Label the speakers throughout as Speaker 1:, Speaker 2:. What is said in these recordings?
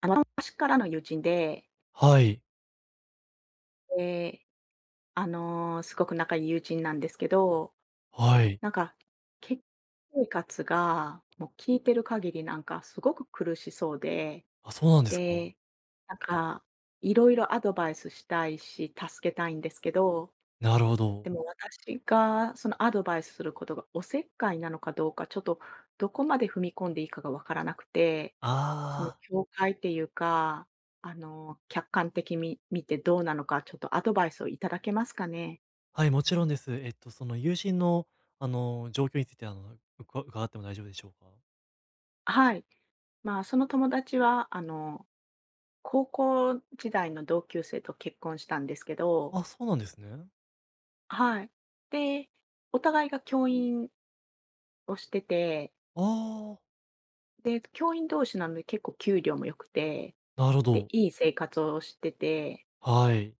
Speaker 1: 昔からの友人で、
Speaker 2: はい、
Speaker 1: で、すごく仲いい友人なんですけど、
Speaker 2: はい。
Speaker 1: なんか、結婚生活が、もう聞いてる限りすごく苦しそうで、
Speaker 2: あ、そうなんですか。
Speaker 1: で、なんか、いろいろアドバイスしたいし、助けたいんですけど、
Speaker 2: なるほど。
Speaker 1: でも私がそのアドバイスすることがおせっかいなのかどうか、ちょっとどこまで踏み込んでいいかがわからなくて、その
Speaker 2: あ
Speaker 1: 境界っていうか、客観的に見てどうなのか、ちょっとアドバイスをいただけますかね。
Speaker 2: あ、はい、もちろんです。その友人の、状況について、伺っても大丈夫でしょうか？
Speaker 1: はい。まあ、その友達は、高校時代の同級生と結婚したんですけど、
Speaker 2: あ、そうなんですね。
Speaker 1: はい。で、お互いが教員をしてて、
Speaker 2: ああ、
Speaker 1: で、教員同士なので結構給料も良くて、
Speaker 2: なるほ
Speaker 1: で、
Speaker 2: ど。
Speaker 1: いい生活をしてて、
Speaker 2: はい。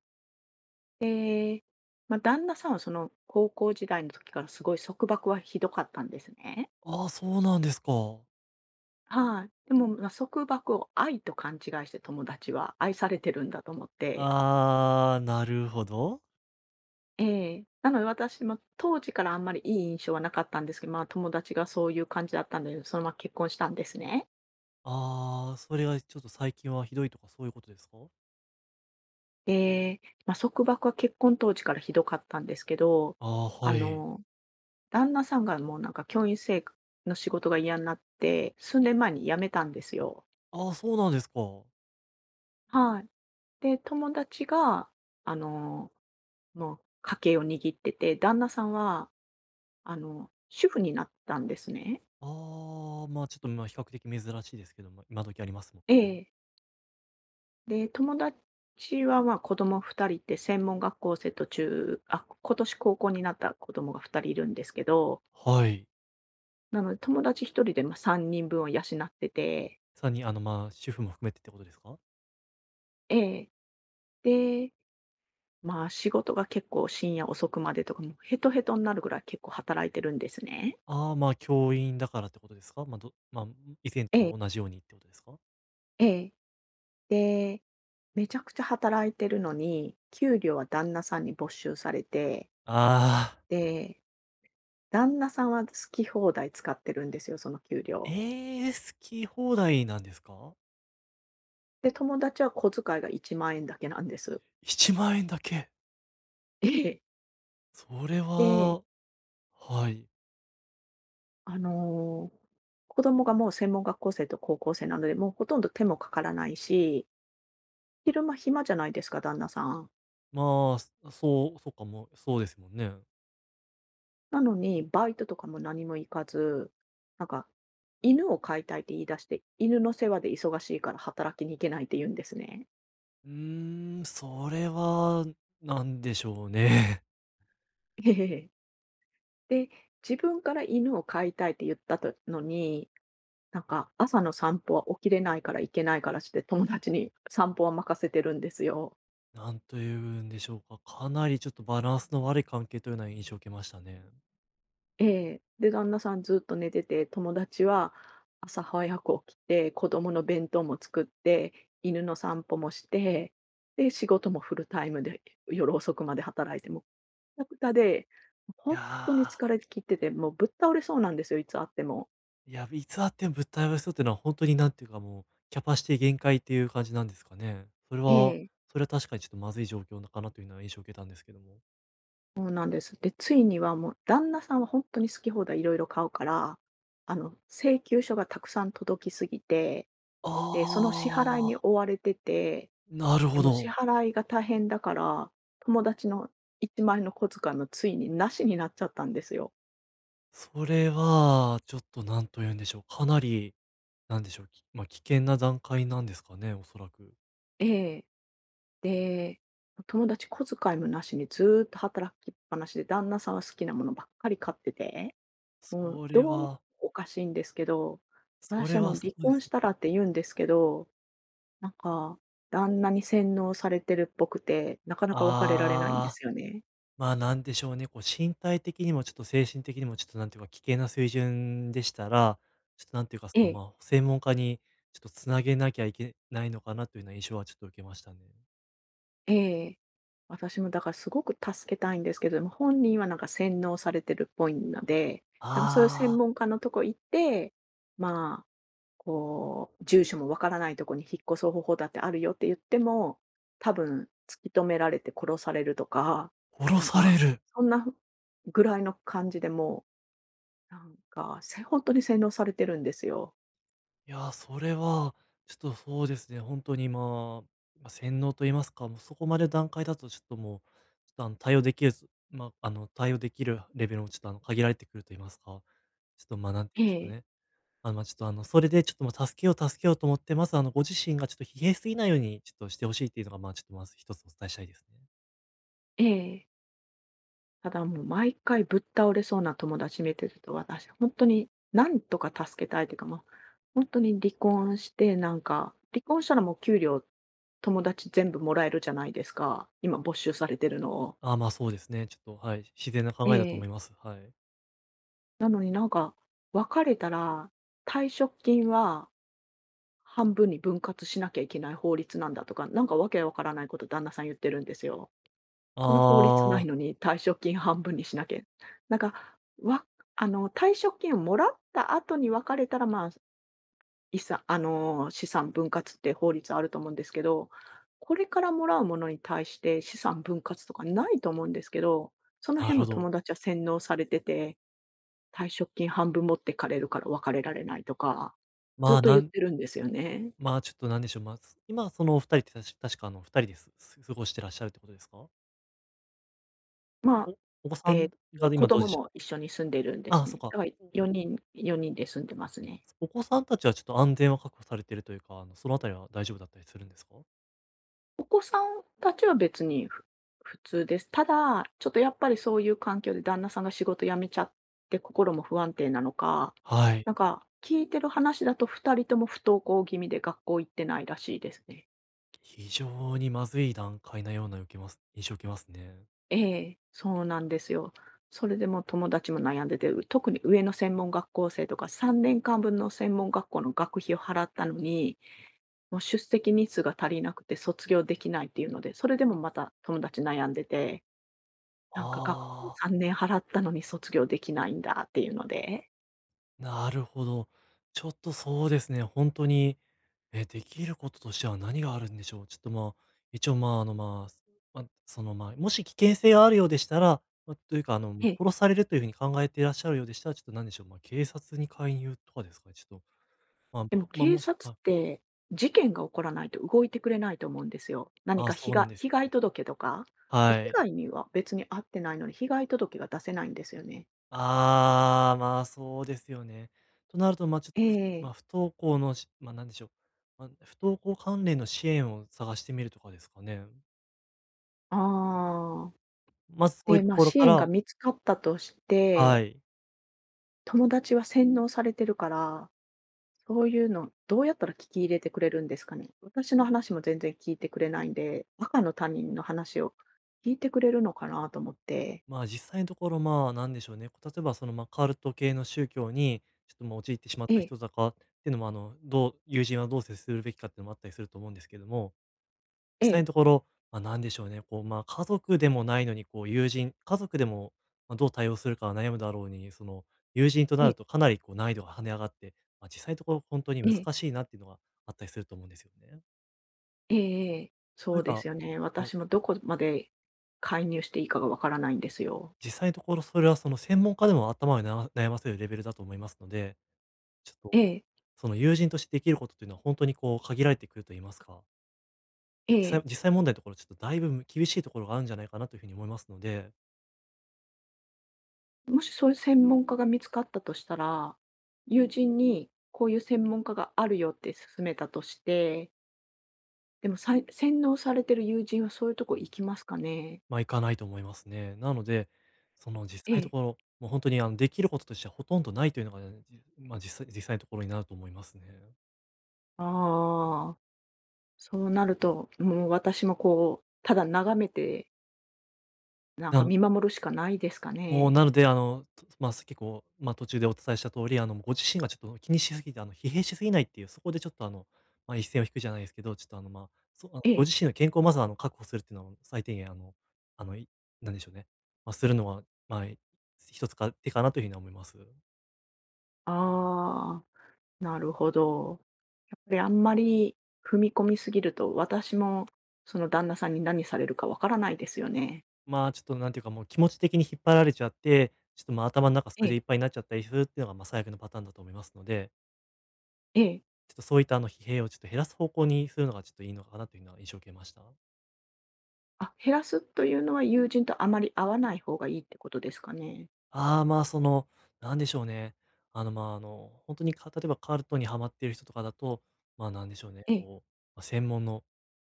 Speaker 1: で、まあ、旦那さんはその高校時代の時からすごい束縛はひどかったんですね。
Speaker 2: ああ、そうなんですか。
Speaker 1: はい。でも、まあ、束縛を愛と勘違いして友達は愛されてるんだと思って、
Speaker 2: ああ、なるほど。
Speaker 1: ええ、なので私も当時からあんまりいい印象はなかったんですけど、まあ、友達がそういう感じだったんで、そのまま結婚したんですね。
Speaker 2: ああ、それがちょっと最近はひどいとかそういうことですか？
Speaker 1: で、まあ、束縛は結婚当時からひどかったんですけど、
Speaker 2: ああ、
Speaker 1: あ
Speaker 2: はい。
Speaker 1: の旦那さんがもう教員生の仕事が嫌になって、数年前に辞めたんですよ。
Speaker 2: ああ、そうなんですか。
Speaker 1: はい。で、友達が、あの、もう家計を握ってて、旦那さんは、主婦になったんですね。
Speaker 2: ああ、まあ、ちょっと、ま、比較的珍しいですけど、まあ、今時ありますも
Speaker 1: え
Speaker 2: んね。
Speaker 1: え。で、友達は、まあ、子供2人いて、専門学校生と今年高校になった子供が2人いるんですけど、
Speaker 2: はい。
Speaker 1: なので友達1人で、ま、3人分を養ってて、
Speaker 2: さらに、まあ、主婦も含めてってことですか？
Speaker 1: ええ。で、まあ、仕事が結構深夜遅くまでとか、もうヘトヘトになるぐらい結構働いてるんですね。
Speaker 2: ああー、まあ、教員だからってことですか？まあ、まあ、以前
Speaker 1: ええ、
Speaker 2: と同じようにってことですか？
Speaker 1: ええ。で、めちゃくちゃ働いてるのに、給料は旦那さんに没収されて、
Speaker 2: ああー、
Speaker 1: で、旦那さんは好き放題使ってるんですよ、その給料。
Speaker 2: ええー、好き放題なんですか
Speaker 1: で、友達は小遣いが1万円だけなんです。
Speaker 2: ？1万円だけ。
Speaker 1: ええ。
Speaker 2: それ
Speaker 1: で、
Speaker 2: は、はい。
Speaker 1: あのー子供がもう専門学校生と高校生なので、もうほとんど手もかからないし、昼間暇じゃないですか、旦那さん。
Speaker 2: まあ、そっか、もそうですもんね。
Speaker 1: なのに、バイトとかも何も行かず、なんか、犬を飼いたいって言い出して、犬の世話で忙しいから働きに行けないって言うんですね。
Speaker 2: うーん、それは、なんでしょうね。
Speaker 1: ええ。で、自分から犬を飼いたいって言ったとのに、なんか朝の散歩は起きれないから行けないからして、友達に散歩は任せてるんですよ。
Speaker 2: なんというんでしょうか。かなりちょっとバランスの悪い関係というような印象を受けましたね。
Speaker 1: ええ。で、旦那さんずっと寝てて、友達は朝早く起きて、子供の弁当も作って、犬の散歩もして、で、仕事もフルタイムで夜遅くまで働いて、もうくたくたで、
Speaker 2: い
Speaker 1: 本
Speaker 2: や
Speaker 1: 当に
Speaker 2: ー。
Speaker 1: 疲れ切ってて、もうぶっ倒れそうなんですよ、いつ会っても。
Speaker 2: いや、いつあっても物体を装うっていうのは本当になんていうか、もうキャパシティ限界っていう感じなんですかね？それ
Speaker 1: え
Speaker 2: は
Speaker 1: え。
Speaker 2: 確かにちょっとまずい状況なかなというのは印象を受けたんですけども。
Speaker 1: そうなんです。で、ついにはもう旦那さんは本当に好き放題色々買うから、請求書がたくさん届きすぎて、
Speaker 2: あ
Speaker 1: で、その支払いに
Speaker 2: あ、
Speaker 1: 追われてて、
Speaker 2: なる
Speaker 1: で
Speaker 2: ほ
Speaker 1: も支
Speaker 2: ど。
Speaker 1: 払いが大変だから、友達の一枚円の小遣いもついになしになっちゃったんですよ。
Speaker 2: それはちょっとなんと言うんでしょう、かなりなんでしょう、まあ、危険な段階なんですかね？おそらく。
Speaker 1: ええ。で、友達小遣いもなしにずーっと働きっぱなしで、旦那さんは好きなものばっかり買ってて、もう
Speaker 2: それ
Speaker 1: どう見て
Speaker 2: は
Speaker 1: もおかしいんですけど、私はもう
Speaker 2: そ
Speaker 1: 離
Speaker 2: うで
Speaker 1: 婚
Speaker 2: す
Speaker 1: し
Speaker 2: ね。
Speaker 1: たらって言うんですけど、なんか旦那に洗脳されてるっぽくて、なかなか別れられないんで
Speaker 2: ああ。
Speaker 1: すよね。
Speaker 2: まあ、なんでしょうね、こう身体的にもちょっと精神的にもちょっとなんていうか、危険な水準でしたら、ちょっとなんていうか、そ
Speaker 1: え
Speaker 2: の、ま
Speaker 1: え。
Speaker 2: あ、専門家にちょっとつなげなきゃいけないのかなというような印象はちょっと受けましたね。
Speaker 1: ええ。私もだからすごく助けたいんですけども、本人はなんか洗脳されてるっぽいので、だからそういう専
Speaker 2: ああ、
Speaker 1: 門家のとこ行って、まあ、こう、住所もわからないとこに引っ越す方法だってあるよって言っても、多分突き止められて殺されるとか、
Speaker 2: 殺
Speaker 1: なん
Speaker 2: され
Speaker 1: か、
Speaker 2: る。
Speaker 1: そんなぐらいの感じでもう、なんか、せほに洗脳されてるんですよ。
Speaker 2: いやー、それはちょっとそうですね、本当に、まあ、ま、洗脳と言いますか、もうそこまで段階だとちょっともう、ちょっとあの対応できるぞまあ、あの対応できるレベルもちょっとあの限られてくると言いますか、ちょっとま、なんて
Speaker 1: え
Speaker 2: 言うんでしょう
Speaker 1: え、
Speaker 2: ね。まあ、ちょっと、それでちょっと、ま、助けよう助けようと思って、まず、ご自身がちょっと疲弊しすぎないようにちょっとしてほしいっていうのが、まあ、ちょっとまず一つお伝えしたいですね。
Speaker 1: ええ。ただもう毎回ぶっ倒れそうな友達見てると、私本当になんとか助けたいというか、まあ、本当に離婚して、なんか、離婚したらもう給料、友達全部もらえるじゃないですか、今没収されてるのを。
Speaker 2: ああ、まあ、そうですね。ちょっと、はい、自然な
Speaker 1: え
Speaker 2: 考えだと思
Speaker 1: え。
Speaker 2: います。はい。
Speaker 1: なのになんか、別れたら退職金は半分に分割しなきゃいけない法律なんだとか、なんかわけわからないこと旦那さん言ってるんですよ。その法律な
Speaker 2: あ
Speaker 1: い
Speaker 2: あ、
Speaker 1: のに退職金半分にしなきゃなんか、わ退職金をもらった後に別れたら、まあ、資産分割って法律あると思うんですけど、これからもらうものに対して資産分割とかないと思うんですけど、その
Speaker 2: な
Speaker 1: 辺
Speaker 2: る
Speaker 1: も
Speaker 2: ほど。
Speaker 1: 友達は洗脳されてて、退職金半分持ってかれるから別れられないとか、ず
Speaker 2: ま
Speaker 1: っ
Speaker 2: あ、
Speaker 1: と
Speaker 2: な
Speaker 1: 言っ
Speaker 2: ん
Speaker 1: てるんですよね。
Speaker 2: まあ、ちょっとなんでしょう、まあ、今そのお2人って確か、2人で過ごしてらっしゃるってことですか？
Speaker 1: まあ、
Speaker 2: お子さ
Speaker 1: えっ
Speaker 2: んが
Speaker 1: 子
Speaker 2: 今どう
Speaker 1: 供
Speaker 2: でした
Speaker 1: も一緒に住んでるんで
Speaker 2: あ
Speaker 1: す
Speaker 2: あ、そっ
Speaker 1: ね。
Speaker 2: か。
Speaker 1: だから人
Speaker 2: お
Speaker 1: 4人で住んでますね。
Speaker 2: 子さんたちはちょっと安全は確保されてるというか、そのあたりは大丈夫だったりするんですか？
Speaker 1: お子さんたちは別にふ普通です。ただ、ちょっとやっぱりそういう環境で旦那さんが仕事辞めちゃって心も不安定なのか、
Speaker 2: はい。
Speaker 1: なんか聞いてる話だと2人とも不登校気味で学校行ってないらしいですね。
Speaker 2: 非常にまずい段階なような受けます印象を受けますね。
Speaker 1: ええ、そうなんですよ。それでもう友達も悩んでて、特に上の専門学校生とか3年間分の専門学校の学費を払ったのに、もう出席日数が足りなくて卒業できないっていうので、それでもまた友達悩んでて。なんか学費
Speaker 2: ああ、
Speaker 1: 3年払ったのに卒業できないんだっていうので。
Speaker 2: なるほど。ちょっとそうですね、本当に、え、できることとしては何があるんでしょう。ちょっと、まあ、一応、まあ、まあ、ま、その、まあ、もし危険性があるようでしたら、ま、というか、
Speaker 1: え
Speaker 2: ま、
Speaker 1: え。
Speaker 2: 殺されるというふうに考えていらっしゃるようでしたら、ちょっとなんでしょう、ま、警察に介入とかですかね、ちょっと、まあ、
Speaker 1: でも
Speaker 2: ま、
Speaker 1: 警
Speaker 2: もし
Speaker 1: 察っ
Speaker 2: はい、
Speaker 1: て、事件が起こらないと動いてくれないと思うんですよ。何
Speaker 2: ああ、
Speaker 1: か、被
Speaker 2: そうな
Speaker 1: 害
Speaker 2: んです
Speaker 1: 被
Speaker 2: よ
Speaker 1: 害
Speaker 2: ね。
Speaker 1: 届とか。で、被
Speaker 2: はい。
Speaker 1: 害には別に遭ってないのに、被害届が出せないんですよね。
Speaker 2: ああ、まあ、そうですよね。となると、ま、ちょっ
Speaker 1: え
Speaker 2: と、
Speaker 1: え、
Speaker 2: 不登校のなんでしょう、まあ、不登校関連の支援を探してみるとかですかね。
Speaker 1: ああ。
Speaker 2: まずそうい
Speaker 1: で、
Speaker 2: うと
Speaker 1: ま、
Speaker 2: ころ
Speaker 1: 支
Speaker 2: か
Speaker 1: 援が
Speaker 2: ら
Speaker 1: 見つかったとし
Speaker 2: は
Speaker 1: て、
Speaker 2: い。
Speaker 1: 友達は洗脳されてるからそういうの、どうやったら聞き入れてくれるんですかね？私の話も全然聞いてくれないんで、赤の他人の話を聞いてくれるのかなと思って。
Speaker 2: まあ、実際のところ、まあ、なんでしょうね、例えば、その、ま、カルト系の宗教に、ちょっと、ま、陥ってしまっ
Speaker 1: え
Speaker 2: た
Speaker 1: え、
Speaker 2: 人だかっていうのも、どう友人はどう接するべきかっていうのもあったりすると思うんですけども実
Speaker 1: え
Speaker 2: 際
Speaker 1: え、
Speaker 2: のところ、まあ、なんでしょうね、こう、まあ、家族でもないのに、こう、友人家族でも、まあ、どう対応するか悩むだろうに、その、友人と
Speaker 1: え
Speaker 2: な
Speaker 1: え、
Speaker 2: るとかなりこう難易度が跳ね上がって、まあ、実際のところ本当に
Speaker 1: ええ、
Speaker 2: 難しいなっていうのがあったりすると思うんですよね。
Speaker 1: ええええ。
Speaker 2: と
Speaker 1: そ
Speaker 2: い
Speaker 1: う
Speaker 2: う
Speaker 1: で
Speaker 2: か、
Speaker 1: すよね。
Speaker 2: もう、
Speaker 1: 私もどこまで介入していいかがわからないんですよ。
Speaker 2: 実際のところそれはその専門家でも頭を悩ませるレベルだと思いますので、ちょっと、
Speaker 1: ええ、
Speaker 2: その友人としてできることというのは本当にこう限られてくると言いますか、
Speaker 1: ええ。
Speaker 2: 実際問題のところちょっとだいぶ厳しいところがあるんじゃないかなというふうに思いますので
Speaker 1: もしそういう専門家が見つかったとしたら、友人にこういう専門家があるよって勧めたとして、でも洗脳されてる友人はそういうとこ行きますかね？
Speaker 2: まあ、いかないと思いますね。なので、その、実
Speaker 1: え
Speaker 2: 際のと
Speaker 1: え。
Speaker 2: ころ、もうできることとしてはほとんどないというのがね、まあ、実際のところになると思いますね。
Speaker 1: ああ、そうなると、もう私もこう、ただ眺めて、なん
Speaker 2: な
Speaker 1: か
Speaker 2: の
Speaker 1: 見守るしかないですかね。
Speaker 2: なので、まあ、結構、まあ、途中でお伝えした通り、ご自身がちょっと気にしすぎて、疲弊しすぎないっていう、そこでちょっと、まあ、一線を引くじゃないですけど、ちょっと、まあ、
Speaker 1: え
Speaker 2: ご
Speaker 1: え。
Speaker 2: 自身の健康をまず、確保するっていうのを最低限、あの、いなんでしょうね、まあ、するのは、まあ、一つか手かなというふうに思います。
Speaker 1: ああ、なるほど。やっぱりあんまり踏み込みすぎると、私もその旦那さんに何されるかわからないですよね。
Speaker 2: まあ、ちょっとなんていうか、もう気持ち的に引っ張られちゃって、ちょっと、まあ、頭の中そ
Speaker 1: え
Speaker 2: れでいっ
Speaker 1: え、
Speaker 2: ぱいになっちゃったりするっていうのが、まあ、最悪のパターンだと思いますので、
Speaker 1: ええ。
Speaker 2: ちょっとそういったあの疲弊をちょっと減らす方向にするのがちょっといいのかなというのは印象を受けました。
Speaker 1: あ、減らすというのは友人とあまり会わない方がいいってことですかね。
Speaker 2: ああ、まあ、その、なんでしょうね。まあ、本当に、例えばカルトにハマっている人とかだと、まあ、なんでしょうね、
Speaker 1: ええ、
Speaker 2: こう、まあ、専門の、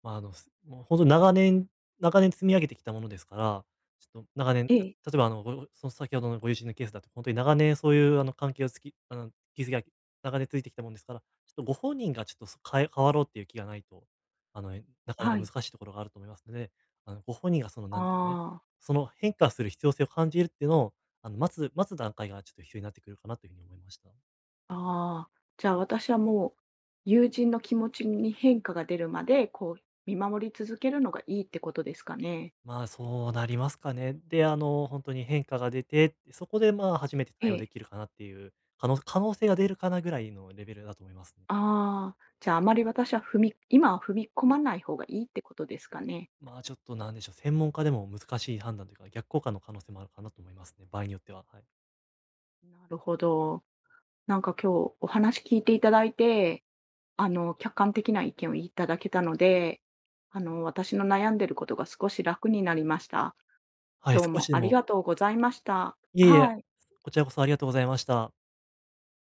Speaker 2: まあ、もう本当に長年積み上げてきたものですから、ちょっと長年、
Speaker 1: ええ、
Speaker 2: 例えば、その先ほどのご友人のケースだと、本当に長年そういう、関係をつきあの、築き上げ長年ついてきたものですから、ちょっとご本人がちょっと、そ変え変わろうっていう気がないと、あの、なかな
Speaker 1: は
Speaker 2: か難
Speaker 1: い。
Speaker 2: しいところがあると思いますので、ご本人がその、なんでしょうね、
Speaker 1: ああ。
Speaker 2: その変化する必要性を感じるっていうのを、待つ段階がちょっと必要になってくるかなというふうに思いました。
Speaker 1: ああ、じゃあ私はもう、友人の気持ちに変化が出るまで、こう、見守り続けるのがいいってことですかね。
Speaker 2: まあ、そうなりますかね。で、本当に変化が出て、そこで、まあ、初めて
Speaker 1: え
Speaker 2: 対応で
Speaker 1: え。
Speaker 2: きるかなっていう、可能性が出るかなぐらいのレベルだと思いますね。
Speaker 1: ああ、じゃああまり私は今は踏み込まない方がいいってことですかね。
Speaker 2: まあ、ちょっとなんでしょう、専門家でも難しい判断というか、逆効果の可能性もあるかなと思いますね、場合によっては、はい。
Speaker 1: なるほど。なんか今日お話聞いていただいて、客観的な意見をいただけたので、私の悩んでることが少し楽になりました。
Speaker 2: はい、
Speaker 1: どう
Speaker 2: 少
Speaker 1: も
Speaker 2: しで
Speaker 1: あり
Speaker 2: も
Speaker 1: がとうございました。
Speaker 2: いえい
Speaker 1: は
Speaker 2: え、
Speaker 1: い。
Speaker 2: こちらこそありがとうございました。